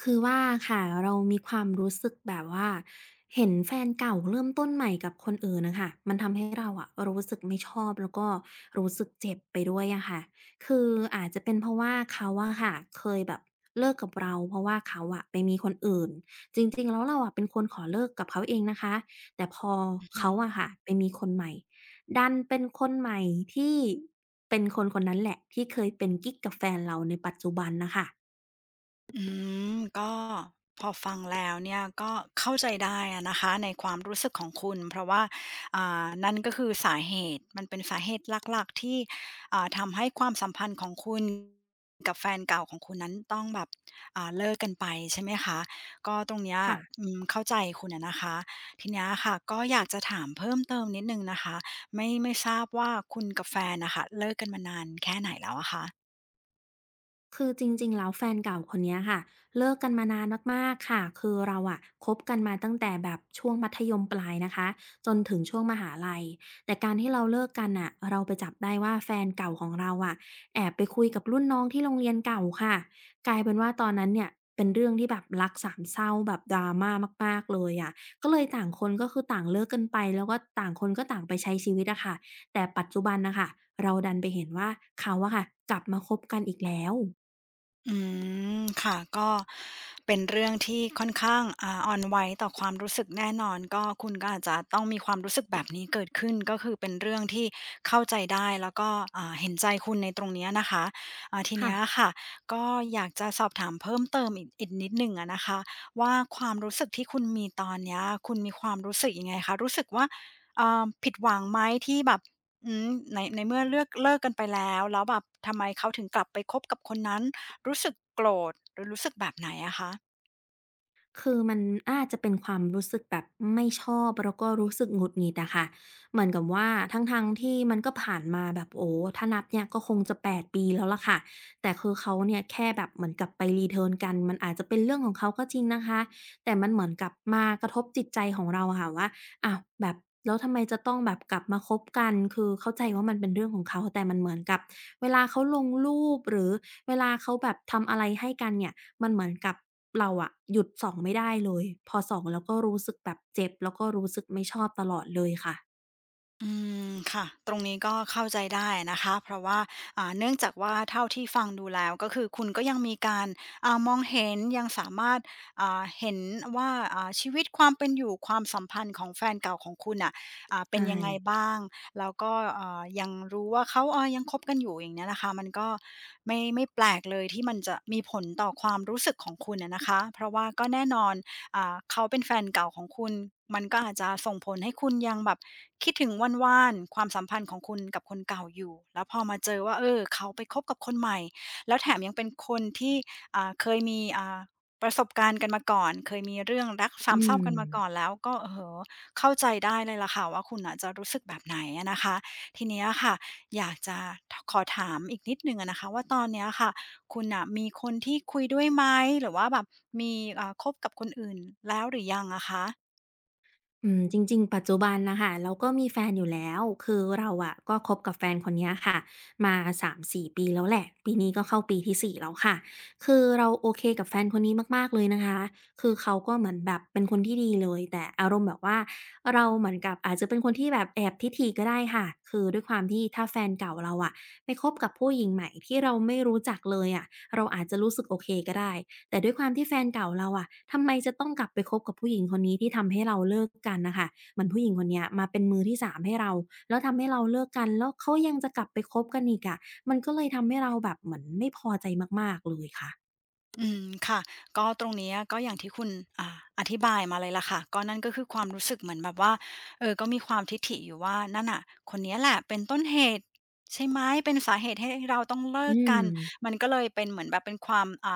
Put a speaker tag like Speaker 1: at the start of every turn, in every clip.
Speaker 1: คือว่าค่ะเรามีความรู้สึกแบบว่าเห็นแฟนเก่าเริ่มต้นใหม่กับคนอื่นน่ะค่ะมันทำให้เราอะรู้สึกไม่ชอบแล้วก็รู้สึกเจ็บไปด้วยอะค่ะคืออาจจะเป็นเพราะว่าเขาอะค่ะเคยแบบเลิกกับเราเพราะว่าเขาอะไปมีคนอื่นจริงๆแล้วเราอะเป็นคนขอเลิกกับเขาเองนะคะแต่พอ
Speaker 2: อื
Speaker 1: เขา
Speaker 2: ม
Speaker 1: อะค่ะไปมีคนใหม่ดันเป็นคนใหม่ที่เป็นคนคนนั้นแหละที่เคยเป็นกิ๊กกับแฟนเราในปัจจุบันน่ะค่ะ
Speaker 2: อืมก็พอฟังแล้วเนี่ยก็เข้าใจได้อะนะคะในความรู้สึกของคุณเพราะว่านั่นก็คือสาเหตุมันเป็นสาเหตุหลักๆที่ทำให้ความสัมพันธ์ของคุณกับแฟนเก่าของคุณนั้นต้องแบบเลิกกันไปใช่ไหมคะก็ตรงเนี้ย
Speaker 1: ค่ะ
Speaker 2: อืมเข้าใจคุณอะนะคะทีเนี้ยค่ะก็อยากจะถามเพิ่มเติมนิดนึงนะคะไม่ทราบว่าคุณกับแฟนนะคะเลิกกันมานานแค่ไหนแล้วอะคะ
Speaker 1: คือจริงๆแล้วแฟนเก่าคนเนี้ยค่ะเลิกกันมานานมากๆค่ะคือเราอะคบกันมาตั้งแต่แบบช่วงมัธยมปลายนะคะจนถึงช่วงมหาลัยแต่การที่เราเลิกกันน่ะเราไปจับได้ว่าแฟนเก่าของเราอะแอบไปคุยกับรุ่นน้องที่โรงเรียนเก่าค่ะกลายเป็นว่าตอนนั้นเนี่ยเป็นเรื่องที่แบบรักสามเศร้าแบบ drama มากๆเลยอะก็เลยต่างคนก็คือต่างเลิกกันไปแล้วก็ต่างคนก็ต่างไปใช้ชีวิตอะค่ะแต่ปัจจุบันน่ะค่ะเราดันไปเห็นว่าเขาอะค่ะกลับมาคบกันอีกแล้ว
Speaker 2: อืมค่ะก็เป็นเรื่องที่ค่อนข้างอ่อนไหวต่อความรู้สึกแน่นอนก็คุณก็อาจจะต้องมีความรู้สึกแบบนี้เกิดขึ้นก็คือเป็นเรื่องที่เข้าใจได้แล้วก็เห็นใจคุณในตรงเนี้ยนะคะที
Speaker 1: ค่ะ
Speaker 2: เนี้ยค่ะก็อยากจะสอบถามเพิ่มเติมอีกนิดหนึ่งอะนะคะว่าความรู้สึกที่คุณมีตอนเนี้ยคุณมีความรู้สึกยังไงคะรู้สึกว่าผิดหวังไหมที่แบบอืมในเมื่อเลือกเลิกกันไปแล้วแล้วแบบทำไมเขาถึงกลับไปคบกับคนนั้น รู้สึกโกรธหรือรู้สึกแบบไหนอะคะ
Speaker 1: คือมันอาจจะเป็นความรู้สึกแบบไม่ชอบแล้วก็รู้สึกหงุดหงิดอะค่ะ เหมือนกับว่าทั้งๆที่มันก็ผ่านมาแบบโอ้โฮถ้านับเนี่ยก็คงจะ8ปดปีแล้วล่ะค่ะแต่คือเขาเนี่ยแค่แบบเหมือนกับไป return กัน มันอาจจะเป็นเรื่องของเขาก็จริงนะคะแต่มันเหมือนกับมากระทบจิตใจของเราอะค่ะว่าอ้าวแบบแล้วทำไมจะต้องแบบกลับมาคบกันคือเข้าใจว่ามันเป็นเรื่องของเขาแต่มันเหมือนกับเวลาเขาลงรูปหรือ เวลาเขาแบบทำอะไรให้กันเนี่ยมันเหมือนกับเราอะหยุดส่องไม่ได้เลยพอส่องแล้วก็รู้สึกแบบเจ็บแล้วก็รู้สึกไม่ชอบตลอดเลยค่ะ
Speaker 2: อืมค่ะตรงนี้ก็เข้าใจได้นะคะ เพราะว่าเนื่องจากว่าเท่าที่ฟังดูแล้ว ก็คือคุณก็ยังมีการมองเห็นยังสามารถเห็นว่าชีวิตความเป็นอยู่ความสัมพันธ์ของแฟนเก่าของคุณน่ะเป็น
Speaker 1: ใช่
Speaker 2: ยังไงบ้าง แล้วก็ยังรู้ว่าเขาเออยังคบกันอยู่อย่างเนี้ยนะคะมันก็ไม่แปลกเลยที่มันจะมีผลต่อความรู้สึกของคุณอะนะคะเพราะว่าก็แน่นอน เขาเป็นแฟนเก่าของคุณมันก็อาจจะส่งผลให้คุณยังแบบคิดถึงวนวานๆความสัมพันธ์ของคุณกับคนเก่าอยู่แล้วพอมาเจอว่าเออเขาไปคบกับคนใหม่แล้วแถมยังเป็นคนที่เคยมีประสบการณ์กันมาก่อนเคยมีเรื่องรัก
Speaker 1: อื
Speaker 2: สามเศร้ากันมาก่อน
Speaker 1: ม
Speaker 2: แล้วก็เออเข้าใจได้เลยล่ะค่ะว่าคุณน่ะจะรู้สึกแบบไหนอะนะคะทีเนี้ยค่ะอยากจะขอถามอีกนิดหนึ่งอะนะคะว่าตอนเนี้ยค่ะ คุณน่ะมีคนที่คุยด้วยไหมหรือว่าแบบมีคบกับคนอื่นแล้วหรือยังอะคะ
Speaker 1: อืมจริงๆปัจจุบันน่ะค่ะเราก็มีแฟนอยู่แล้วคือเราอะก็คบกับแฟนคนเนี้ยค่ะมา3-4ปีแล้วแหละปีนี้ก็เข้าปีที่4แล้วค่ะคือเราโอเคกับแฟนคนนี้มากๆเลยนะคะคือเขาก็เหมือนแบบเป็นคนที่ดีเลยแต่อารมณ์แบบว่าเราเหมือนกับอาจจะเป็นคนที่แบบแอบทิฐิก็ได้ค่ะคือด้วยความที่ถ้าแฟนเก่าเราอะไปคบกับผู้หญิงใหม่ที่เราไม่รู้จักเลยอะเราอาจจะรู้สึกโอเคก็ได้ แต่ด้วยความที่แฟนเก่าเราอะทำไมจะต้องกลับไปคบกับผู้หญิงคนนี้ที่ทำให้เราเลิกกันน่ะค่ะเหมือนผู้หญิงคนเนี้ยมาเป็นมือที่สามให้เรา แล้วทำให้เราเลิกกัน แล้วเขายังจะกลับไปคบกันอีกอะมันก็เลยทำให้เราแบบเหมือนไม่พอใจมากๆเลยค่ะ
Speaker 2: อืมค่ะก็ตรงเนี้ยก็อย่างที่คุณอธิบายมาเลยล่ะค่ะก็นั่นก็คือความรู้สึกเหมือนแบบว่าเออก็มีความทิฐิอยู่ว่านั่นน่ะคนเนี้ยแหละเป็นต้นเหตุใช่ไหมเป็นสาเหตุให้เราต้องเลิ
Speaker 1: อื
Speaker 2: ก
Speaker 1: ม
Speaker 2: กันมันก็เลยเป็นเหมือนแบบเป็นความ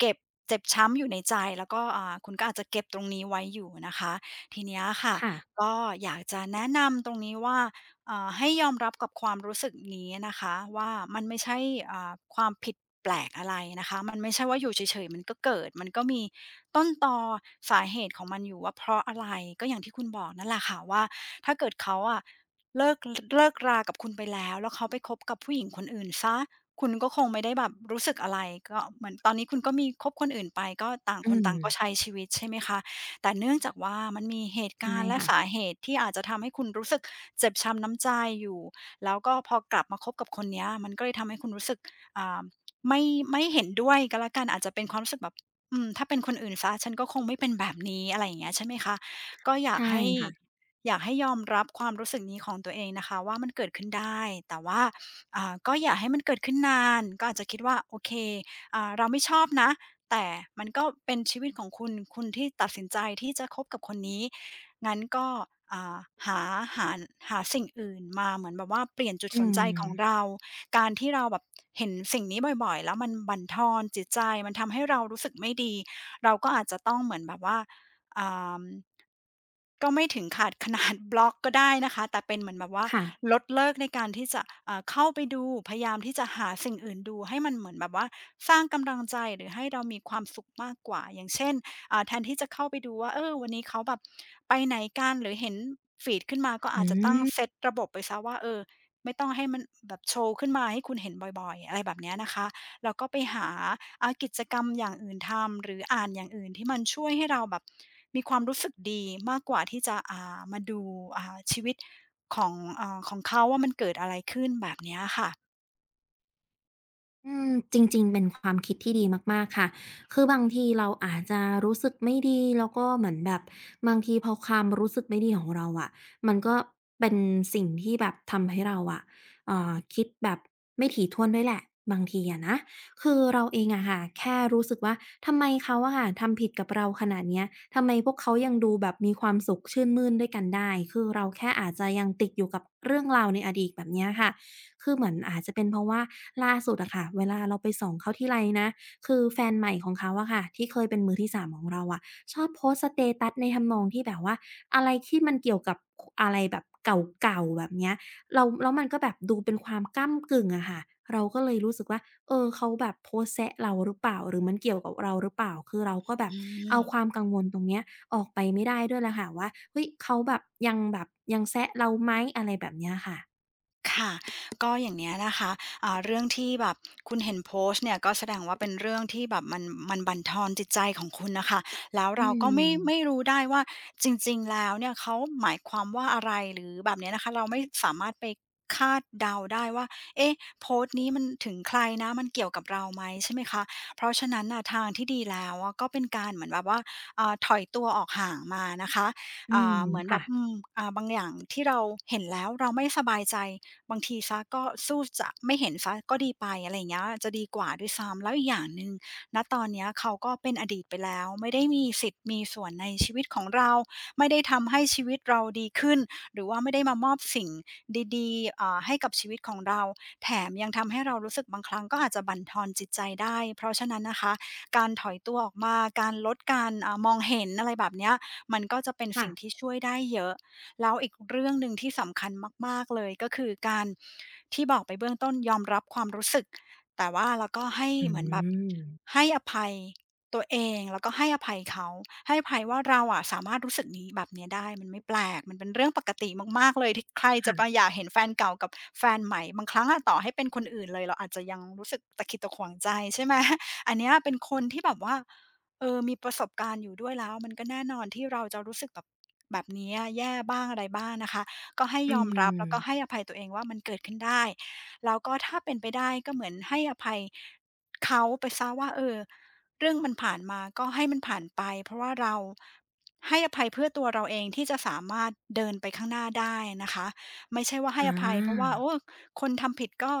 Speaker 2: เก็บเจ็บช้ำอยู่ในใจแล้วก็คุณก็อาจจะเก็บตรงนี้ไว้อยู่นะคะทีเนี้ยค่ะ
Speaker 1: ค่ะ
Speaker 2: ก็อยากจะแนะนำตรงนี้ว่า ให้ยอมรับกับความรู้สึกนี้นะคะว่ามันไม่ใช่ความผิดแปลกอะไรนะคะมันไม่ใช่ว่าอยู่เฉยๆมันก็เกิดมันก็มีต้นตอสาเหตุของมันอยู่ว่าเพราะอะไรก็อย่างที่คุณบอกนั่นแหละค่ะว่าถ้าเกิดเขาอะเลิกเลิกรากับคุณไปแล้วแล้วเขาไปคบกับผู้หญิงคนอื่นซะคุณก็คงไม่ได้แบบรู้สึกอะไรก็เหมือนตอนนี้คุณก็มีคบคนอื่นไปก็ต่าง
Speaker 1: อื
Speaker 2: คน
Speaker 1: ม
Speaker 2: ต่างก็ใช้ชีวิตใช่ไหมคะ แต่เนื่องจากว่ามันมีเหตุ
Speaker 1: ใช่
Speaker 2: การณ์และ
Speaker 1: ค่ะ
Speaker 2: สาเหตุที่อาจจะทำให้คุณรู้สึกเจ็บช้ำน้ำใจอยู่แล้วก็พอกลับมาคบกับคนเนี้ยมันก็เลยทำให้คุณรู้สึกอ่าไม่ไม่เห็นด้วยก็แล้วกันอาจจะเป็นความรู้สึกแบบอืมถ้าเป็นคนอื่นเสียฉันก็คงไม่เป็นแบบนี้อะไรอย่างเงี้ยใช่ไหมคะก็อยาก
Speaker 1: ใช่
Speaker 2: ให้
Speaker 1: ค่ะ
Speaker 2: อยากให้ยอมรับความรู้สึกนี้ของตัวเองนะคะว่ามันเกิดขึ้นได้แต่ว่าก็อย่าให้มันเกิดขึ้นนานก็อาจจะคิดว่าโอเคเราไม่ชอบนะ แต่มันก็เป็นชีวิตของคุณคุณที่ตัดสินใจที่จะคบกับคนนี้ งั้นก็อ่าหาหาหาสิ่งอื่นมาเหมือนแบบว่าเปลี่ยนจุด
Speaker 1: อื
Speaker 2: สนใจ
Speaker 1: ม
Speaker 2: ของเรา การที่เราแบบเห็นสิ่งนี้บ่อยๆแล้วมันบั่นทอนจิตใจมันทำให้เรารู้สึกไม่ดีเราก็อาจจะต้องเหมือนแบบว่าอ่า ก็ไม่ถึงขาดขนาด บล็อกก็ได้นะคะแต่เป็นเหมือนแบบว่า
Speaker 1: ค่ะ
Speaker 2: ลดเลิกในการที่จะเข้าไปดูพยายามที่จะหาสิ่งอื่นดูให้มันเหมือนแบบว่าสร้างกำลังใจหรือให้เรามีความสุขมากกว่าอย่างเช่นแทนที่จะเข้าไปดูว่าเออวันนี้เขาแบบไปไหนกันหรือเห็นฟีดขึ้นมาก็
Speaker 1: อื
Speaker 2: อาจจะตั้ง
Speaker 1: ม
Speaker 2: เซตระบบไปซะว่าเออไม่ต้องให้มันแบบโชว์ขึ้นมาให้คุณเห็นบ่อยๆอะไรแบบเนี้ยนะคะ แล้วก็ไปหากิจกรรมอย่างอื่นทำหรืออ่านอย่างอื่นที่มันช่วยให้เราแบบมีความรู้สึกดีมากกว่าที่จะมาดูชีวิตของของเขาว่ามันเกิดอะไรขึ้นแบบเนี้ยค่ะ
Speaker 1: อืมจริงๆ เป็นความคิดที่ดีมากๆค่ะคือบางทีเราอาจจะรู้สึกไม่ดีแล้วก็เหมือนแบบบางทีพอความรู้สึกไม่ดีของเราอะมันก็เป็นสิ่งที่แบบทำให้เราอะคิดแบบไม่ถี่ถ้วนด้วยแหละบางทีอะนะคือเราเองอะค่ะแค่รู้สึกว่าทำไมเขาอะค่ะทำผิดกับเราขนาดเนี้ยทำไมพวกเขายังดูแบบมีความสุขชื่นมื่นด้วยกันได้ คือเราแค่อาจจะยังติดอยู่กับเรื่องราวในอดีตแบบเนี้ยค่ะ คือเหมือนอาจจะเป็นเพราะว่าล่าสุดอะค่ะเวลาเราไปส่องเขาทีไรนะคือแฟนใหม่ของเขาอะค่ะที่เคยเป็นมือที่3ของเราอะชอบโพสต์สเตตัสในทำนองที่แบบว่าอะไรที่มันเกี่ยวกับคอะไรแบบเก่าๆแบบเนี้ยเราแล้วมันก็แบบดูเป็นความก้ำกึ่งอะค่ะเราก็เลยรู้สึกว่าเออเขาแบบโพสต์แซะเราหรือเปล่าหรือมันเกี่ยวกับเราหรือเปล่าคือเราก็แบบ
Speaker 2: อื
Speaker 1: เอา
Speaker 2: ม
Speaker 1: ความกังวลตรงเนี้ยออกไปไม่ได้ด้วยแหละค่ะว่าเฮ้ยเขาแบบยังแบบยังแซะเราไหมอะไรแบบเนี้ยค่ะ
Speaker 2: ค่ะก็อย่างเนี้ยนะคะเรื่องที่แบบคุณเห็นโพสต์เนี่ยก็แสดงว่าเป็นเรื่องที่แบบมันบั่นทอนจิตใจของคุณนะคะแล้ว
Speaker 1: อื
Speaker 2: เราก็ไม่
Speaker 1: ม
Speaker 2: รู้ได้ว่าจริงๆแล้วเนี่ยเขาหมายความว่าอะไรหรือแบบเนี้ยนะคะเราไม่สามารถไปคาดเดาได้ว่าเอ๊ะโพสต์นี้มันถึงใครนะมันเกี่ยวกับเราไหมใช่ไหมคะเพราะฉะนั้นน่ะทางที่ดีแล้วอะก็เป็นการเหมือนแบบว่าถอยตัวออกห่างมานะคะ
Speaker 1: อืม
Speaker 2: เหมือนแบ
Speaker 1: ค่ะ
Speaker 2: บอืมบางอย่างที่เราเห็นแล้วเราไม่สบายใจ บางทีเสียก็สู้จะไม่เห็นเสียก็ดีไปอะไรอย่างเงี้ยจะดีกว่าด้วยซ้ำแล้วอีกอย่างหนึ่งณตอนเนี้ยเขาก็เป็นอดีตไปแล้วไม่ได้มีสิทธิ์มีส่วนในชีวิตของเราไม่ได้ทำให้ชีวิตเราดีขึ้นหรือว่าไม่ได้มามอบสิ่งดีๆให้กับชีวิตของเราแถมยังทำให้เรารู้สึกบางครั้งก็อาจจะบั่นทอนจิตใจได้เพราะฉะนั้นนะคะการถอยตัวออกมาการลดการมองเห็นอะไรแบบเนี้ยมันก็จะเป็นสิ่งที่
Speaker 1: ค่ะ
Speaker 2: ช่วยได้เยอะ แล้วอีกเรื่องหนึ่งที่สำคัญมากๆเลยก็คือการที่บอกไปเบื้องต้นยอมรับความรู้สึกแต่ว่าเราก็ให้
Speaker 1: อื
Speaker 2: เหมือนแบบ
Speaker 1: ม
Speaker 2: ให้อภัยตัวเองแล้วก็ให้อภัยเขาให้อภัยว่าเราอะสามารถรู้สึกนี้แบบเนี้ยได้มันไม่แปลกมันเป็นเรื่องปกติมากๆเลยที่ใครจะไปอ
Speaker 1: ค่ะ
Speaker 2: ยากเห็นแฟนเก่ากับแฟนใหม่บางครั้งอะต่อให้เป็นคนอื่นเลยเราอาจจะยังรู้สึกตะขิดตะขวงใจใช่ไหมอันเนี้ยเป็นคนที่แบบว่า เออมีประสบการณ์อยู่ด้วยแล้วมันก็แน่นอนที่เราจะรู้สึกแบบแบบเนี้ยแย่บ้างอะไรบ้างนะคะก็ให้
Speaker 1: อื
Speaker 2: ยอมรับแล้วก็ให้
Speaker 1: ม
Speaker 2: อภัยตัวเองว่ามันเกิดขึ้นได้แล้วก็ถ้าเป็นไปได้ก็เหมือนให้อภัยเขาไปเสียว่าเออเรื่องมันผ่านมาก็ให้มันผ่านไป เพราะว่าเราให้อภัยเพื่อตัวเราเองที่จะสามารถเดินไปข้างหน้าได้นะคะไม่ใช่ว่า
Speaker 1: อ
Speaker 2: ให้อภัยเพราะว่า
Speaker 1: า
Speaker 2: โอ้คนทำผิดก็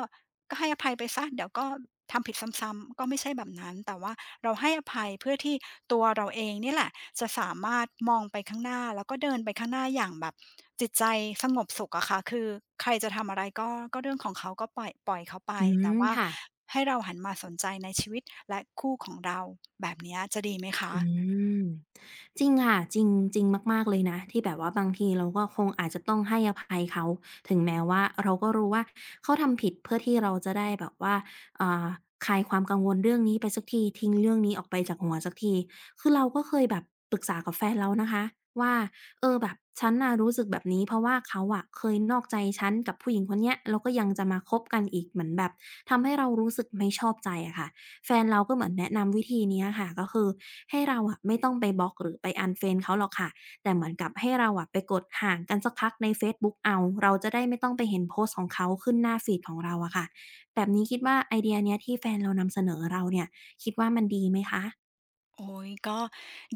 Speaker 2: ก็ให้อภัยไปเสเดี๋ยวก็ทำผิดซ้ำๆก็ไม่ใช่แบบนั้นแต่ว่าเราให้อภัยเพื่อที่ตัวเราเองเนี่ยแหละจะสามารถมองไปข้างหน้าแล้วก็เดินไปข้างหน้าอย่างแบบจิตใจสงบสุขอะค่ะคือใครจะทำอะไรก็เรื่องของเขาก็ปล่อยเขาไป
Speaker 1: อื
Speaker 2: แต่
Speaker 1: ม
Speaker 2: ว่า
Speaker 1: ค่ะ
Speaker 2: ให้เราหันมาสนใจในชีวิตและคู่ของเราแบบเนี้ยจะดีไหม
Speaker 1: อื
Speaker 2: คะ
Speaker 1: มจริงค่ะจริงจริงมากๆเลยนะที่แบบว่าบางทีเราก็คงอาจจะต้องให้อภัยเขาถึงแม้ว่าเราก็รู้ว่าเขาทำผิดเพื่อที่เราจะได้แบบว่าอ่าคลายความกังวลเรื่องนี้ไปสักทีทิ้งเรื่องนี้ออกไปจากหัวสักทีคือเราก็เคยแบบปรึกษากับแฟนเรานะคะว่าเออแบบฉันน่ะรู้สึกแบบนี้เพราะว่าเขาอะเคยนอกใจฉันกับผู้หญิงคนเนี้ยแล้วก็ยังจะมาคบกันอีกเหมือนแบบทำให้เรารู้สึกไม่ชอบใจอะค่ะ แฟนเราก็เหมือนแนะนำวิธีเนี้ยค่ะก็คือให้เราอะไม่ต้องไปบล็อกหรือไป unfriend เขาหรอกค่ะแต่เหมือนกับให้เราอะไปกดห่างกันสักพักในเฟซบุ๊กเอาเราจะได้ไม่ต้องไปเห็นโพสต์ของเขาขึ้นหน้าฟีดของเราอะค่ะแบบนี้คิดว่าไอเดียเนี้ยที่แฟนเรานำเสนอเราเนี่ยคิดว่ามันดีไหมคะ
Speaker 2: โอ้ยก็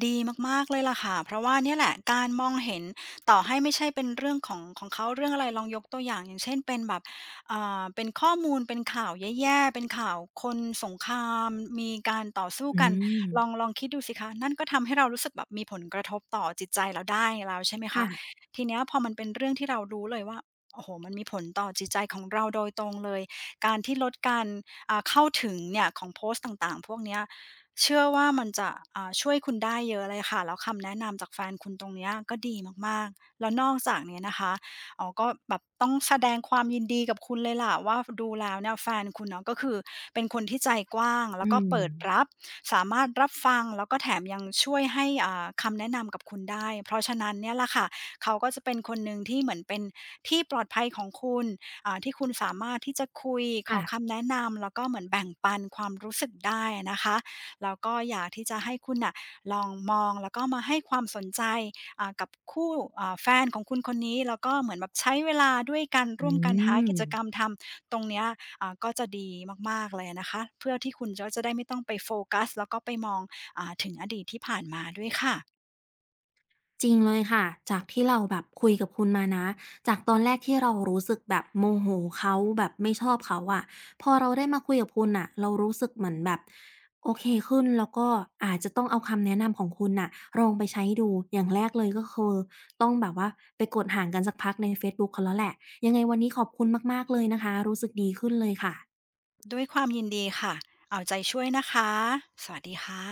Speaker 2: ดีมากๆเลยล่ะค่ะเพราะว่าเนี่ยแหละการมองเห็นต่อให้ไม่ใช่เป็นเรื่องของเขาเรื่องอะไรลองยกตัวอย่างอย่างเช่นเป็นแบบเป็นข้อมูลเป็นข่าวแย่ๆเป็นข่าวคนสงครามมีการต่อสู้
Speaker 1: อื
Speaker 2: กัน
Speaker 1: ม
Speaker 2: ลองคิดดูสิคะนั่นก็ทำให้เรารู้สึกแบบมีผลกระทบต่อจิตใจเราได้แล้วใช่ไหม
Speaker 1: ค่ะ
Speaker 2: คะทีเนี้ยพอมันเป็นเรื่องที่เรารู้เลยว่าโอ้โหมันมีผลต่อจิตใจของเราโดยตรงเลยการที่ลดการเข้าถึงเนี่ยของโพสต์ต่างๆพวกเนี้ย เชื่อว่ามันจะช่วยคุณได้เยอะเลยค่ะแล้วคำแนะนำจากแฟนคุณตรงเนี้ยก็ดีมากๆแล้วนอกจากเนี้ยนะคะอ๋อก็แบบต้องแสดงความยินดีกับคุณเลยล่ะว่าดูแล้วเนี่ยแฟนคุณเนาะก็คือเป็นคนที่ใจกว้าง
Speaker 1: อื
Speaker 2: แล้วก็
Speaker 1: ม
Speaker 2: เปิดรับสามารถรับฟังแล้วก็แถมยังช่วยให้คำแนะนำกับคุณได้เพราะฉะนั้นเนี่ยล่ละค่ะเขาก็จะเป็นคนหนึ่งที่เหมือนเป็นที่ปลอดภัยของคุณที่คุณสามารถที่จะคุยขอ
Speaker 1: ค่ะ
Speaker 2: คำแนะนำแล้วก็เหมือนแบ่งปันความรู้สึกได้นะคะ แล้วก็อยากที่จะให้คุณน่ะลองมองแล้วก็มาให้ความสนใจกับคู่แฟนของคุณคนนี้แล้วก็เหมือนแบบใช้เวลาด้วยกัน
Speaker 1: อื
Speaker 2: ร่วมกันหา
Speaker 1: ม
Speaker 2: กิจกรรมทำตรงเนี้ยก็จะดีมากๆเลยนะคะเพื่อที่คุณก็จะได้ไม่ต้องไปโฟกัสแล้วก็ไปมองถึงอดีตที่ผ่านมาด้วยค่ะ
Speaker 1: จริงเลยค่ะจากที่เราแบบคุยกับคุณมานะจากตอนแรกที่เรารู้สึกแบบโมโหเขาแบบไม่ชอบเขาอะพอเราได้มาคุยกับคุณน่ะเรารู้สึกเหมือนแบบโอเคขึ้นแล้วก็อาจจะต้องเอาคำแนะนำของคุณน่ะลองไปใช้ดูอย่างแรกเลยก็คือต้องแบบว่าไปกดห่างกันสักพักในเฟซบุ๊กเขาแล้วแหละยังไงวันนี้ขอบคุณมากๆเลยนะคะรู้สึกดีขึ้นเลยค่ะ
Speaker 2: ด้วยความยินดีค่ะเอาใจช่วยนะคะสวัสดีค่ะ